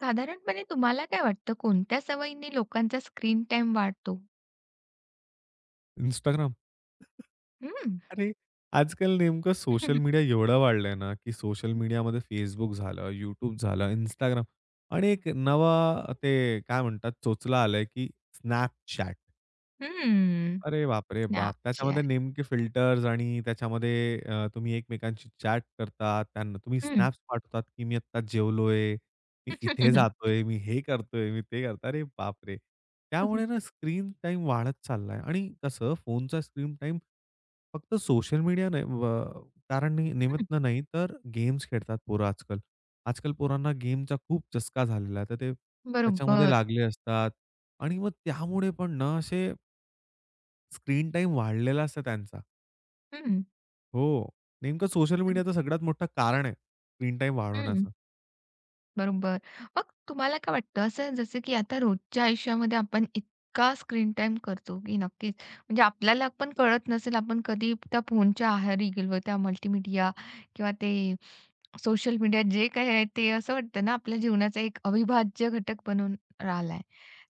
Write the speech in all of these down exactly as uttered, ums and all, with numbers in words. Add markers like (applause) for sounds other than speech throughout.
साधारणपणे तुम्हाला काय वाटतं कोणत्या सवयीने लोकांचा स्क्रीन टाइम वाढतो? Instagram. हं. आणि आजकाल नेमकं सोशल मीडिया एवढा वाढलाय ना, की सोशल मीडियामध्ये Facebook झालं, YouTube झालं, Instagram आणि एक नवा ते काय म्हणतात चोचला आलाय, की Snapchat. हं. (laughs) अरे बापरे बाप! अच्छा. त्याच्यामध्ये नेमके फिल्टर्स आणि त्याच्यामध्ये अ, तुम्ही एकमेकांशी चॅट करतात. त्यांना तुम्ही हं. स्नॅप्स पाठवतात, की मी आत्ता जेवलोय, मी इथे हं. जातोय, मी हे करतोय, मी ते करतोय. अरे बापरे! त्यामुळे (laughs) ना स्क्रीन टाईम वाढत चाललाय आणि कसं फोनचा स्क्रीन टाईम फक्त सोशल मीडिया नाही अ, कारण नि निमित्त नाही, तर गेम्स खेळतात पोरं आजकाल. आजकाल पोरांना गेमचा खूप चस्का झालेला आहे. तर ते त्याच्यामध्ये बरोबर. लागले असतात आणि मग त्यामुळे पण ना असे स्क्रीन टाईम वाढलेला असतो त्यांचा. हं. हो. नेमकं सोशल मीडियाचा सगळ्यात मोठं कारण आहे स्क्रीन टाईम हं. वाढवण्याचं. बरोबर. मग तुम्हाला काय वाटतं असं जसं की आता रोजच्या आयुष्यामध्ये आपण इतका स्क्रीन टाईम करतो की नक्कीच म्हणजे आपल्याला पण कळत नसेल आपण कधी त्या फोनच्या आहारी गेलो त्या मल्टीमीडिया किंवा ते सोशल मीडिया जे काही आहे ते असं वाटतं ना आपल्या जीवनाचा एक अविभाज्य घटक बनून राहिलाय.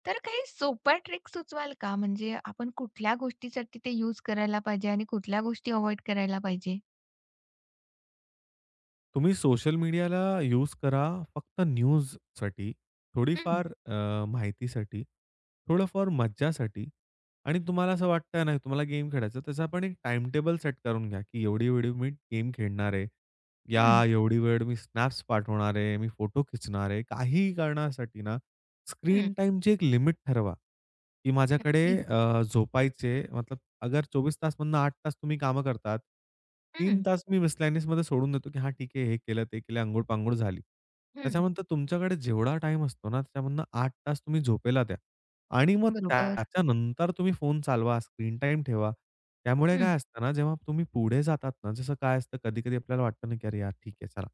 तर काही सोप्या ट्रिक सुचवाल का? म्हणजे आपण कुठल्या गोष्टीसाठी ते यूज करायला पाहिजे आणि कुठल्या गोष्टी अव्हॉइड करायला पाहिजे? तुम्ही सोशल मीडियाला यूज करा फक्त न्यूजसाठी, हं, थोडीफार अ, माहितीसाठी, थोडंफार मज्जासाठी आणि तुम्हाला असं वाटतंय ना, तुम्हाला गेम खेळायचा, त्याचा आपण एक टाइम टेबल सेट करून घ्या, की एवढी वेळ मी गेम खेळणार आहे. या हं, एवढी वेळ मी स्नॅप्स पाठवणार आहे, मी फोटो खिचणार आहे. काहीही करण्यासाठी ना, हं. स्क्रीन टाईमची एक लिमिट ठरवा, की माझ्याकडे नक्की. अ, झोपायचे मतलब अगर चोवीस तास मधनं आठ तास तुम्ही कामं करतात. तीन हं, तास मी मिसलॅनियसमध्ये सोडून देतो, की हां, ठीक आहे. हे केलं, ते केलं, अंघोळ-पांघोळ झाली. हं. त्याच्यानंतर तुमच्याकडे जेवढा टाईम असतो ना, त्याच्यामधनं आठ तास तुम्ही झोपेला द्या आणि मग बरोबर. त्याच्यानंतर तुम्ही फोन चालवा, स्क्रीन टाईम ठेवा. त्यामुळे काय असतं ना, जेव्हा तुम्ही पुढे जातात ना, जसं काय असतं कधी-कधी आपल्याला वाटतं ना, की "अरे यार, ठीक आहे चला."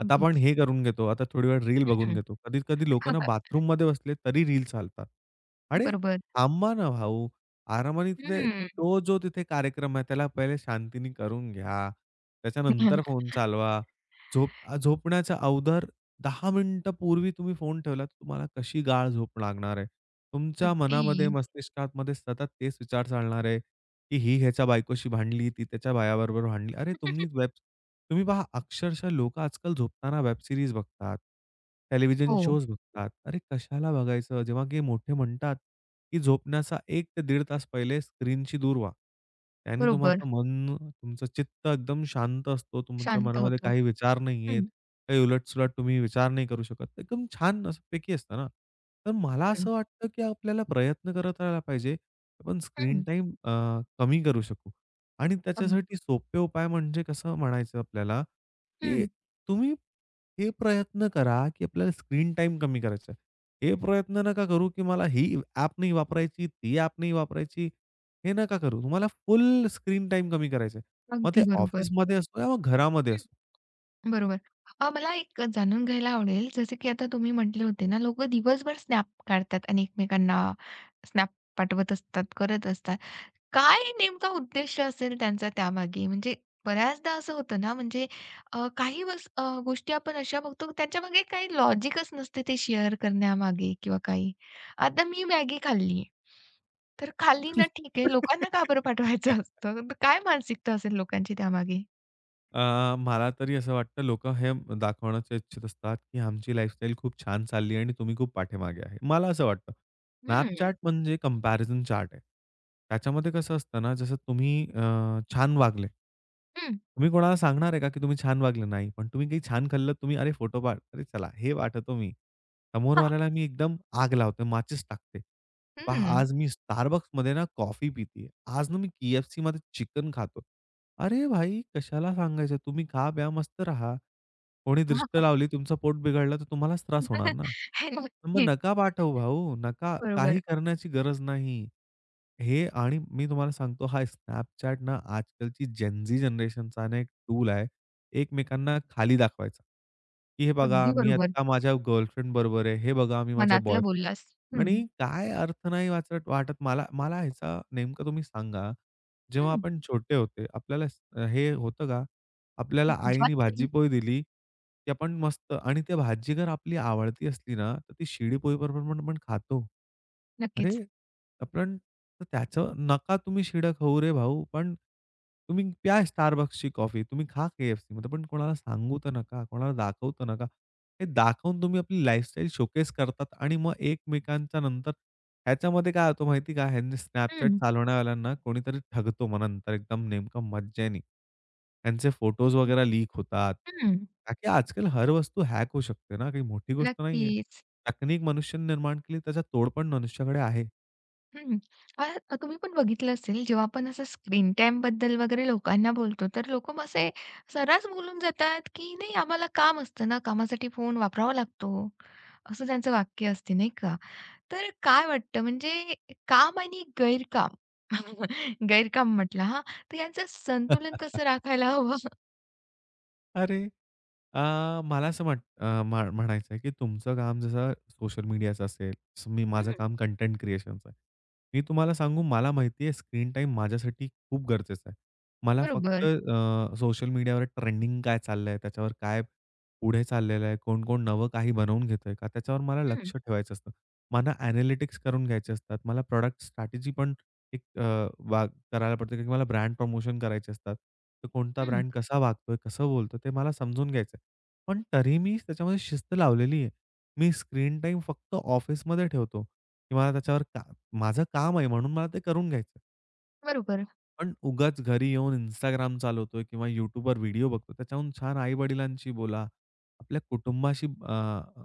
आता आपण अगदीच. हे करून घेतो. आता थोडी वेळ रील बघून हं. घेतो. कधी-कधी लोकं ना (laughs) बाथरूममध्ये बसले तरी रील चालतात. अरे बरोबर. थांबा ना भाऊ. आरामाने तिथे हं. तो जो तिथे कार्यक्रम आहे त्याला पहिले शांतीने करून घ्या. त्याच्यानंतर (laughs) फोन चालवा. झोप आ, झोपण्याच्या अवधार दहा मिनिटं पूर्वी तुम्ही फोन ठेवला तर तुम्हाला कशी गाढ झोप लागणार आहे. तुमच्या मनामध्ये, अगदी. मस्तिष्कामध्ये सतत तेच विचार चालणार आहे. की ही ह्याच्या बायकोशी भांडली, ती त्याच्या बायाबरोबर भांडली. अरे तुम्ही (laughs) वेब तुम्ही पहा अक्षरशः लोकं आजकाल झोपताना वेब सीरीज बघतात, टेलिव्हिजन हो, शोज बघतात. अरे कशाला बघायचं? जेव्हा की मोठे म्हणतात, की झोपण्याचा एक ते दीड तास पहिले स्क्रीनशी दूर व्हा. त्याने बरोबर. तुमचं मन, तुमचं चित्त एकदम शांत असतो. तुमच्या शांत मनामध्ये होतो. काही विचार नाही आहेत. हं, काही उलट तुम्ही विचार नाही करू शकत. एकदम छान असं पैकी असतं ना. तर मला हं, असं वाटतं, की आपल्याला प्रयत्न करत राहायला पाहिजे, आपण स्क्रीन हं. टाईम अ, कमी करू शकू. आणि अग त्याच्यासाठी सोपे उपाय म्हणजे कसं म्हणायचं आपल्याला, की हं. तुम्ही हे प्रयत्न करा, की आपल्याला स्क्रीन टाईम कमी करायचा आहे. हे प्रयत्न नका करू, की मला ही ॲप नाही वापरायची, ती ॲप नाही वापरायची. हे नका करू. तुम्हाला फुल स्क्रीन टाईम कमी करायचा आहे. मग ते अगदी बरोबर. ऑफिसमध्ये असो या मग घरामध्ये असो. हं. बरोबर. अ, मला एक जाणून घ्यायला आवडेल, जसं की आता तुम्ही म्हटले होते ना, लोकं दिवसभर स्नॅप काढतात आणि एकमेकांना स्नॅप पाठवत असतात, करत असतात. काय नेमका उद्देश असेल त्यांचा त्यामागे? म्हणजे बऱ्याचदा असं होतं ना, म्हणजे अ, काही वस अ, गोष्टी आपण अशा बघतो त्याच्यामागे काही लॉजिकच नसते ते शेअर करण्यामागे किंवा काही. आता मी मॅगी खाल्ली. तर खाल्ली ना ठीक आहे, लोकांना का बरं (laughs) पाठवायचं असतं? तर काय मानसिकता असेल लोकांची त्यामागे? अ, मला तरी असं वाटतं लोकं हे दाखवण्याचे इच्छित असतात, की आमची लाईफस्टाईल खूप छान चालली आहे आणि तुम्ही खूप पाठीमागे आहे. मला असं वाटतं. हं, हं, Snapchat म्हणजे कंपॅरिझन चार्ट आहे. त्याच्यामध्ये कसं असतं ना, जसं तुम्ही अ, छान वागले. हं. तुम्ही कोणाला सांगणार आहे का, की तुम्ही छान वागले? नाही. पण तुम्ही काही छान खाल्लं, तुम्ही "अरे, फोटो पाठ." "अरे, चला, हे पाठवतो मी." समोरवाल्याला मी एकदम आग लावतो, माचीस टाकते. पहा, आज मी Starbucksमध्ये ना कॉफी पितीये. आज ना मी KFCमध्ये चिकन खातो. अरे भाई, कशाला सांगायचं? तुम्ही खा-प्या, मस्त राहा. कोणी दृष्ट (laughs) लावली, तुमचं पोट बिघडलं, तर तुम्हालाच त्रास होणार ना. हे तर मग नक्कीच. नका पाठवू भाऊ, नका. काही बरोबर. करण्याची गरज नाही. हे आणि मी तुम्हाला सांगतो हा Snapchat ना आजकालची जेन-झी जनरेशनचा ना एक टूल आहे. एकमेकांना खाली दाखवायचा, की "हे बघा, अगदी मी बरोबर. आता माझ्या गर्लफ्रेंड बरोबर आहे. हे बघा, मी माझ्या मनातलं बोललास. बॉयफ्रेंड" हं, आणि काय अर्थ नाही वाचत वाटत मला मला ह्याचा नेमकं तुम्ही सांगा, जेव्हा हं. आपण छोटे होते, आपल्याला स हे होतं का? आपल्याला अजिबात आईने नाही. भाजी-पोळी दिली, की आपण मस्त आणि ते भाजी जर आपली आवडती असली ना, तर ती शिळी पोळीबरोबर पण आपण खातो. अरे नक्कीच. आपण तर त्याचं नका तुम्ही शिळं खाऊ रे भाऊ. पण तुम्ही प्या Starbucksची कॉफी, तुम्ही खा KFCमध्ये पण कोणाला सांगू तर नका, कोणाला दाखवू तर नका. हे दाखवून तुम्ही आपली लाईफस्टाईल शोकेस करतात आणि मग एकमेकांच्या नंतर ह्याच्यामध्ये काय होतं माहिती का? ह्यांनी Snapchat हं. चालवणाऱ्यावाल्यांना कोणीतरी ठगतो मग नंतर एकदम नेमकं मज्जेनी. त्यांचे फोटोज वगैरे लीक होतात. हं, का की आजकाल हर वस्तू हॅक होऊ शकते ना, काही मोठी गोष्ट नाहीये. नक्कीच. तकनीक मनुष्याने निर्माण केली, त्याचा तोड पण मनुष्याकडे आहे. हं. अ, तुम्ही पण बघितलं असेल, जेव्हा आपण असं स्क्रीन टाईमबद्दल वगैरे लोकांना बोलतो, तर लोकं असे सर्रास बोलून जातात, की "नाही, आम्हाला काम असतं ना, कामासाठी फोन वापरावा लागतो." असं त्यांचं वाक्य असते, नाही का? तर काय वाटतं, म्हणजे काम आणि गैरकाम, (laughs) गैरकाम म्हटलं हां, तर यांचं संतुलन कसं (laughs) राखायला हवं? अरे! अ, मला असं वाट अ, म्हा म्हणायचं आहे, की तुमचं काम जसं सोशल मीडियाचं असेल, तसं मी माझं हं, काम कंटेंट क्रिएशनचं आहे. मी तुम्हाला सांगू मला माहिती आहे स्क्रीन टाईम माझ्यासाठी खूप गरजेचं आहे. मला फक्त बरोबर. सोशल मीडियावर ट्रेंडिंग काय चाललंय, त्याच्यावर काय पुढे चाललेलं आहे, कोण-कोण नवं काही बनवून घेतोय का, त्याच्यावर मला लक्ष हं, ठेवायचं असतं. मला एनालिटिक्स करून घ्यायचे असतात. मला प्रॉडक्ट स्ट्रॅटेजी पण एक अ, वा करायला पडते, की मला ब्रँड प्रमोशन करायचे असतात. तर कोणता हं, ब्रँड कसा वागतोय, कसं बोलतो ते मला समजून घ्यायचं पण तरी मी त्याच्यामध्ये शिस्त लावलेली आहे. मी स्क्रीन टाईम फक्त ऑफिसमध्ये ठेवतो किंवा त्याच्यावर का माझं काम आहे म्हणून मला ते करून घ्यायचं. बरोबर. पण उगाच घरी येऊन Instagram चालवतोय किंवा YouTubeवर व्हिडिओ बघतो. त्याच्याहून छान आई-वडिलांशी बोला. आपल्या कुटुंबाशी अ,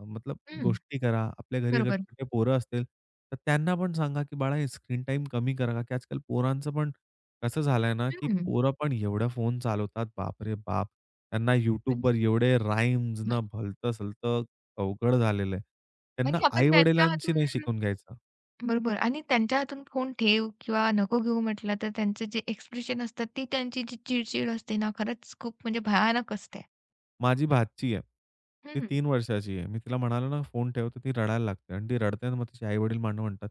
मतलब हं, गोष्टी करा. आपल्या घरी अगर बरोबर. छोटे पोरं असतील, तर त्यांना पण सांगा, की "बाळा, हे स्क्रीन टाईम कमी करा." की आजकाल पोरांचं पण कसं झालंय ना, की हं. पोरं पण एवढा फोन चालवतात. बापरे बाप! त्यांना आणि YouTubeवर एवढे राईम्स ना भलतं-सलतं अवघड झालेलं आहे. त्यांना आणि आपण त्यांच्या आई-वडिलांशी नाही हातून शिकून घ्यायचं. बरोबर आणि त्यांच्या हातून फोन ठेव किंवा नको घेऊ म्हटलं तर त्यांचे जे एक्सप्रेशन असतात ती त्यांची जी चिडचिड असते ना खरंच खूप म्हणजे भयानक असते. माझी भाची आहे. ती हं. तीन वर्षाची आहे. मी तिला म्हणालो ना फोन ठेव, तर ती रडायला लागते आणि ती रडते आणि मग तिचे आई-वडील मला म्हणतात,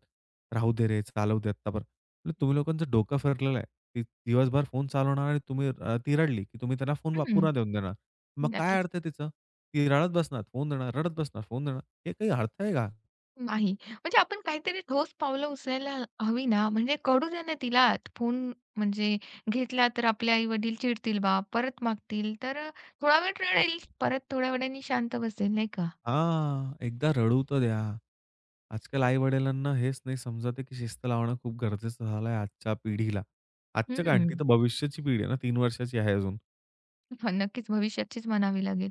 "राहू दे रे, चालवू दे आत्तापर." म्हटलं, "तुम्ही लोकांचं डोकं फिरलेलं आहे. ती दिवसभर फोन चालवणार आणि तुम्ही अ, ती रडली की तुम्ही त्यांना फोन वाप हं. पुन्हा देऊन देणार. मग काय नक्कीच. अर्थ आहे तिचं? ती रडत बसणार, फोन देणार, रडत बसणार, फोन देणार. हे काही अर्थ आहे का?" नाही. म्हणजे आपण काहीतरी ठोस पावलं उचलायला हवी ना, म्हणजे कळू द्या ना तिला फोन म्हणजे घेतला तर आपले आई-वडील चिडतील बा, परत मागतील तर थोडा वेळ रडेल, परत थोड्या वेळाने शांत बसेल नाही का? हां, एकदा रडू तर द्या. आजकाल आई-वडिलांना हेच नाही समजत आहे की शिस्त लावणं खूप गरजेचं झालं आजच्या पिढीला. आजच्या काय, हं. तर भविष्याची पिढी आहे ना, तीन वर्षाची आहे अजून. नक्कीच भविष्याचीच म्हणावी लागेल.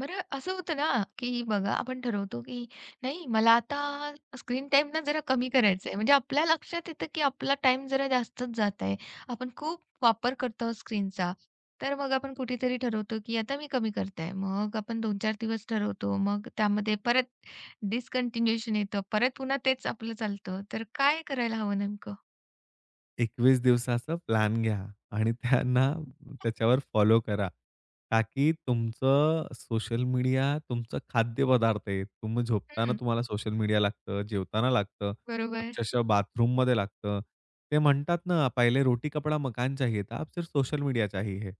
बरं असं होतं ना, की बघा आपण ठरवतो, की नाही मला आता स्क्रीन टाईम ना जरा कमी करायचा आहे. म्हणजे आपल्या लक्षात येतं, की आपला टाइम जरा जास्तच जात आहे. आपण खूप वापर करतो स्क्रीनचा. तर मग आपण कुठेतरी ठरवतो, की आता मी कमी करत मग आपण दोन ते चार दिवस ठरवतो. मग त्यामध्ये परत डिसकंटिन्युएशन येतं. परत पुन्हा तेच आपलं चालतं. तर काय करायला हवं नेमकं? एकवीस दिवसाचा प्लॅन घ्या आणि (laughs) त्यांना त्याच्यावर फॉलो करा. ताकी तुमचं सोशल मीडिया तुमचं खाद्यपदार्थ आहे. तुम्ही झोपताना हं, तुम्हाला सोशल मीडिया लागतं, जेवताना लागतं, बरोबर. अक्षरशः बाथरूममध्ये लागतं. ते म्हणतात ना, "पहिले रोटी, कपडा, मकान चाहिए था, अब सिर्फ सोशल मीडिया चाहिए है."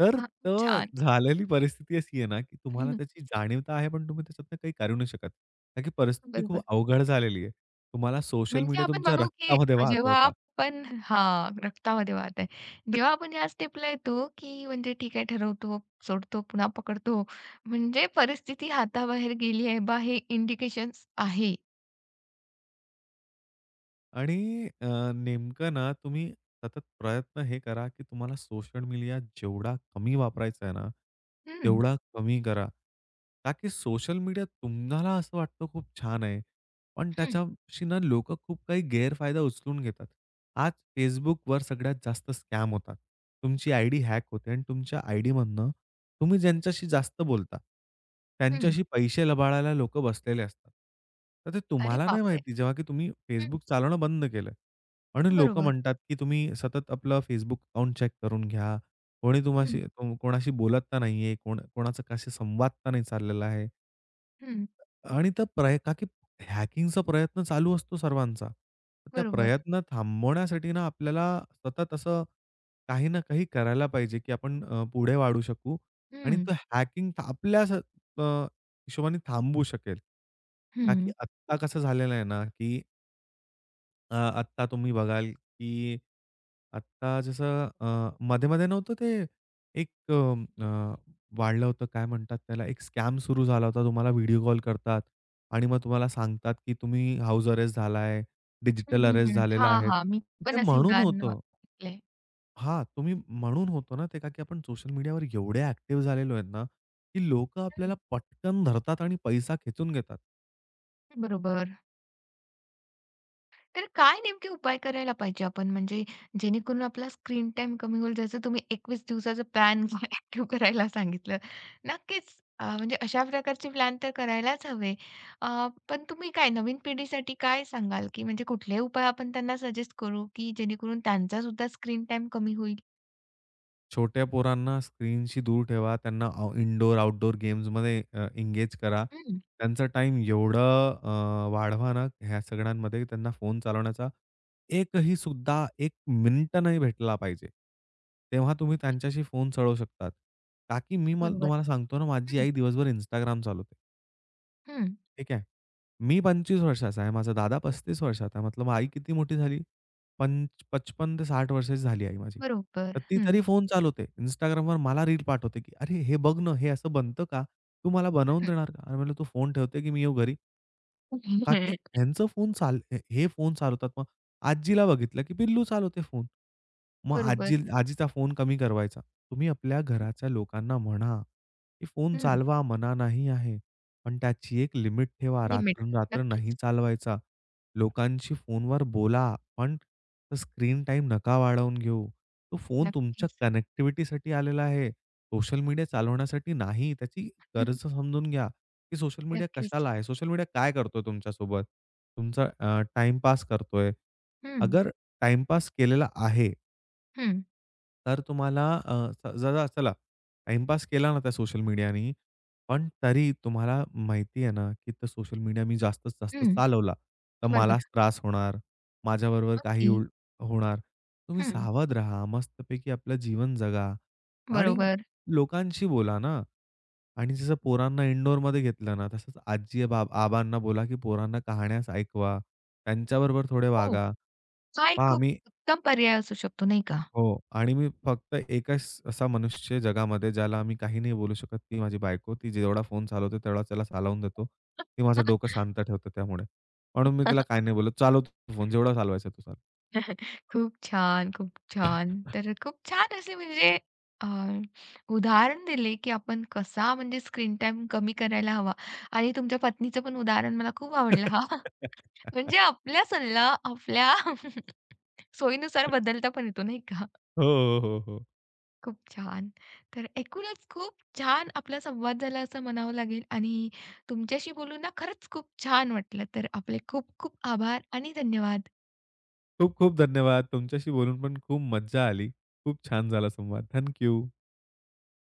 तर हां, तर छान. झालेली परिस्थिती अशी आहे ना, की तुम्हाला हम्म, त्याची जाणीव तर आहे, पण तुम्ही त्याच्यातनं काही करू नाही शकत. कारण की (laughs) परिस्थिती खूप बरोबर. अवघड झालेली आहे. तुम्हाला सोशल म्हणजे मीडिया आपण तुमच्या म्हणू, की रक्तामध्ये वाहत जेव्हा होता. आपण हां, रक्तामध्ये वात आहे. जेव्हा आपण ह्या स्टेपला येतो, की म्हणजे ठीक आहे ठरवतो, सोडतो, पुन्हा पकडतो. म्हणजे परिस्थिती हाताबाहेर गेली आहे बा हे इंडिकेशन्स आहे. आणि अ, नेमकं ना तुम्ही सतत प्रयत्न हे करा, की तुम्हाला सोशल मीडिया जेवढा कमी वापरायचा आहे ना, हं, तेवढा कमी करा. का की सोशल मीडिया तुम्हाला असं वाटतं खूप छान आहे. पण हं, त्याच्याशी ना लोकं खूप काही गैरफायदा उचलून घेतात. आज Facebookवर सगळ्यात जास्त स्कॅम होतात. तुमची आयडी हॅक होते आणि तुमच्या आयडीमधनं तुम्ही ज्यांच्याशी जास्त बोलता, हं. त्यांच्याशी पैसे लबाडायला लोकं बसलेले असतात. तर ते अरे तुम्हाला नाही बापरे! माहिती जेव्हा की तुम्ही हं, Facebook चालवणं बंद केलं. म्हणून लोकं बरोबर. म्हणतात, की तुम्ही सतत आपलं Facebook अकाउंट चेक करून घ्या. कोणी हं, तुम्हाशी तुम- कोणाशी बोलत तर नाहीये, कोण कोणाचा कशी संवाद तर नाही चाललेला आहे. हं. आणि त्या प्रय का की हॅकिंगचा प्रयत्न चालू असतो सर्वांचा. तर त्या बरोबर. प्रयत्न थांबवण्यासाठी ना आपल्याला सतत असं काही ना काही करायला पाहिजे, की आपण अ, पुढे वाढू शकू आणि हं, तो हॅकिंग था- आपल्या स- अ, हिशोबाने थांबू शकेल. का की हं. आत्ता कसं झालेलं आहे ना, की अ, आत्ता तुम्ही बघाल, की आत्ता जसं अ, मध्ये-मध्ये नव्हतं ते एक अ, अ, वाढलं होतं काय म्हणतात त्याला? एक स्कॅम सुरू झाला होता. तुम्हाला व्हिडिओ कॉल करतात आणि मग तुम्हाला सांगतात, की तुम्ही हाउस अरेस्ट झाला हं, डिजिटल हं, अरेस्ट हं. झालेला हां, आहे. हां. मी ते पण असे म्हणून उदाहरण होतं. वाचले. हां, तुम्ही म्हणून होतो ना ते का की आपण सोशल मीडियावर एवढे ॲक्टिव्ह झालेलो आहेत ना, की लोकं आपल्याला हं, पटकन धरतात आणि पैसा खेचून घेतात. बरोबर. तर काय नेमके उपाय करायला पाहिजे आपण म्हणजे जेणेकरून आपला स्क्रीन टाईम कमी होईल जसं तुम्ही एकवीस दिवसाचं प्लॅन (laughs) ॲक्टिव्ह करायला सांगितलं. नक्कीच अ, म्हणजे अशा प्रकारचे प्लॅन तर करायलाच हवे. अ, पण तुम्ही काय नवीन पिढीसाठी काय सांगाल, की म्हणजे कुठले उपाय आपण त्यांना सजेस्ट करू, की जेणेकरून त्यांचा सुद्धा स्क्रीन टाईम कमी होईल? छोट्या पोरांना स्क्रीनशी दूर ठेवा. त्यांना आउ इनडोअर, आउटडोअर गेम्समध्ये अ, एंगेज करा. हं, त्यांचा टाईम एवढं अ, वाढवा ना, ह्या सगळ्यांमध्ये त्यांना फोन चालवण्याचा एकही सुद्धा एक मिनिट नाही भेटला पाहिजे. तेव्हा तुम्ही त्यांच्याशी फोन चालवू शकतात. का की मी मला बरोबर. तुम्हाला सांगतो ना, माझी हं, आई दिवसभर Instagram चालवते. हं. ठीक आहे. मी पंचवीस वर्षाचा आहे. माझा दादा पस्तीस वर्षाचा आहे. मतलब आई किती मोठी झाली? पंच पंचावन्न ते साठ वर्षाची झाली आई माझी. बरोबर. तर ती हं. तरी फोन चालवते. Instagramवर मला रील पाठवते, की "अरे, हे बघ ना, हे असं बनतं का? तू मला बनवून देणार का?" अरे, म्हटलं, "तू फोन ठेवते, की मी येऊ घरी?" का की (laughs) ह्यांचं फोन चाल हे हे फोन चालवतात. मग आजीला बघितलं, की पिल्लू चालवते फोन. मग बरोबर. आजी आजीचा फोन कमी करवायचा. तुम्ही आपल्या घराच्या लोकांना म्हणा, की फोन चालवा मना नाही आहे. पण त्याची एक लिमिट ठेवा. लिमिट. रात्रंरात्र नाही नक्कीच, चालवायचा. लोकांशी फोनवर बोला, पण स्क्रीन टाईम नका वाढवून घेऊ. तो फोन तुमच्या नक्कीच. कनेक्टिव्हिटीसाठी आलेला आहे. सोशल मीडिया चालवण्यासाठी नाही. त्याची गरज (laughs) समजून घ्या. की सोशल मीडिया नक्कीच. कशाला आहे? सोशल मीडिया काय करतोय तुमच्यासोबत? तुमचा अ, टाईमपास करतोय. हं, अगर टाईमपास केलेला आहे, हं, तर तुम्हाला अ, स जरा चला टाईमपास केला ना त्या सोशल मीडियानी, पण तरी तुम्हाला माहिती आहे ना, की तो सोशल मीडिया मी जास्तीत जास्त हं. चालवला, तर बरोबर. मलाच त्रास होणार. माझ्याबरोबर मग काही ती उल होणार. तुम्ही हं, सावध राहा. मस्तपैकी आपलं जीवन जगा आणि बरोबर. लोकांशी बोला ना. आणि जसं पोरांना इंडोअरमध्ये घेतलं ना, तसंच आजी, बा आबांना बोला, की पोरांना कहाण्यास ऐकवा. त्यांच्याबरोबर थोडे हो, वागा. हा एक पहा खूप आम्ही उत्तम पर्याय असू शकतो, नाही का? हो. आणि मी फक्त एकच असा मनुष्य जगामध्ये ज्याला आम्ही काही नाही बोलू शकत, ती माझी बायको. ती जेवढा फोन चालवते तेवढा त्याला चालवून देतो. ती माझं डोकं (laughs) शांत ठेवते त्यामुळे. म्हणून मी तिला काही नाही बोलत. "चालव तू फोन, जेवढा चालवायचा तो चालव." खूप छान, खूप छान. तर खूप छान असे म्हणजे अ, उदाहरण दिले, की आपण कसा म्हणजे स्क्रीन टाइम कमी करायला हवा आणि तुमच्या पत्नीचं पण उदाहरण मला खूप आवडलं हां. (laughs) म्हणजे आपला सल्ला आपल्या (laughs) सोयीनुसार बदलता पण येतो, नाही का? हो, हो, हो. खूप छान. तर एकूणच खूप छान आपला संवाद झाला असं म्हणावं लागेल आणि तुमच्याशी बोलून ना खरंच खूप छान वाटलं. तर आपले खूप खूप आभार आणि धन्यवाद. खूप-खूप धन्यवाद. तुमच्याशी बोलून पण खूप मज्जा आली. खूप छान झाला संवाद. Thank you.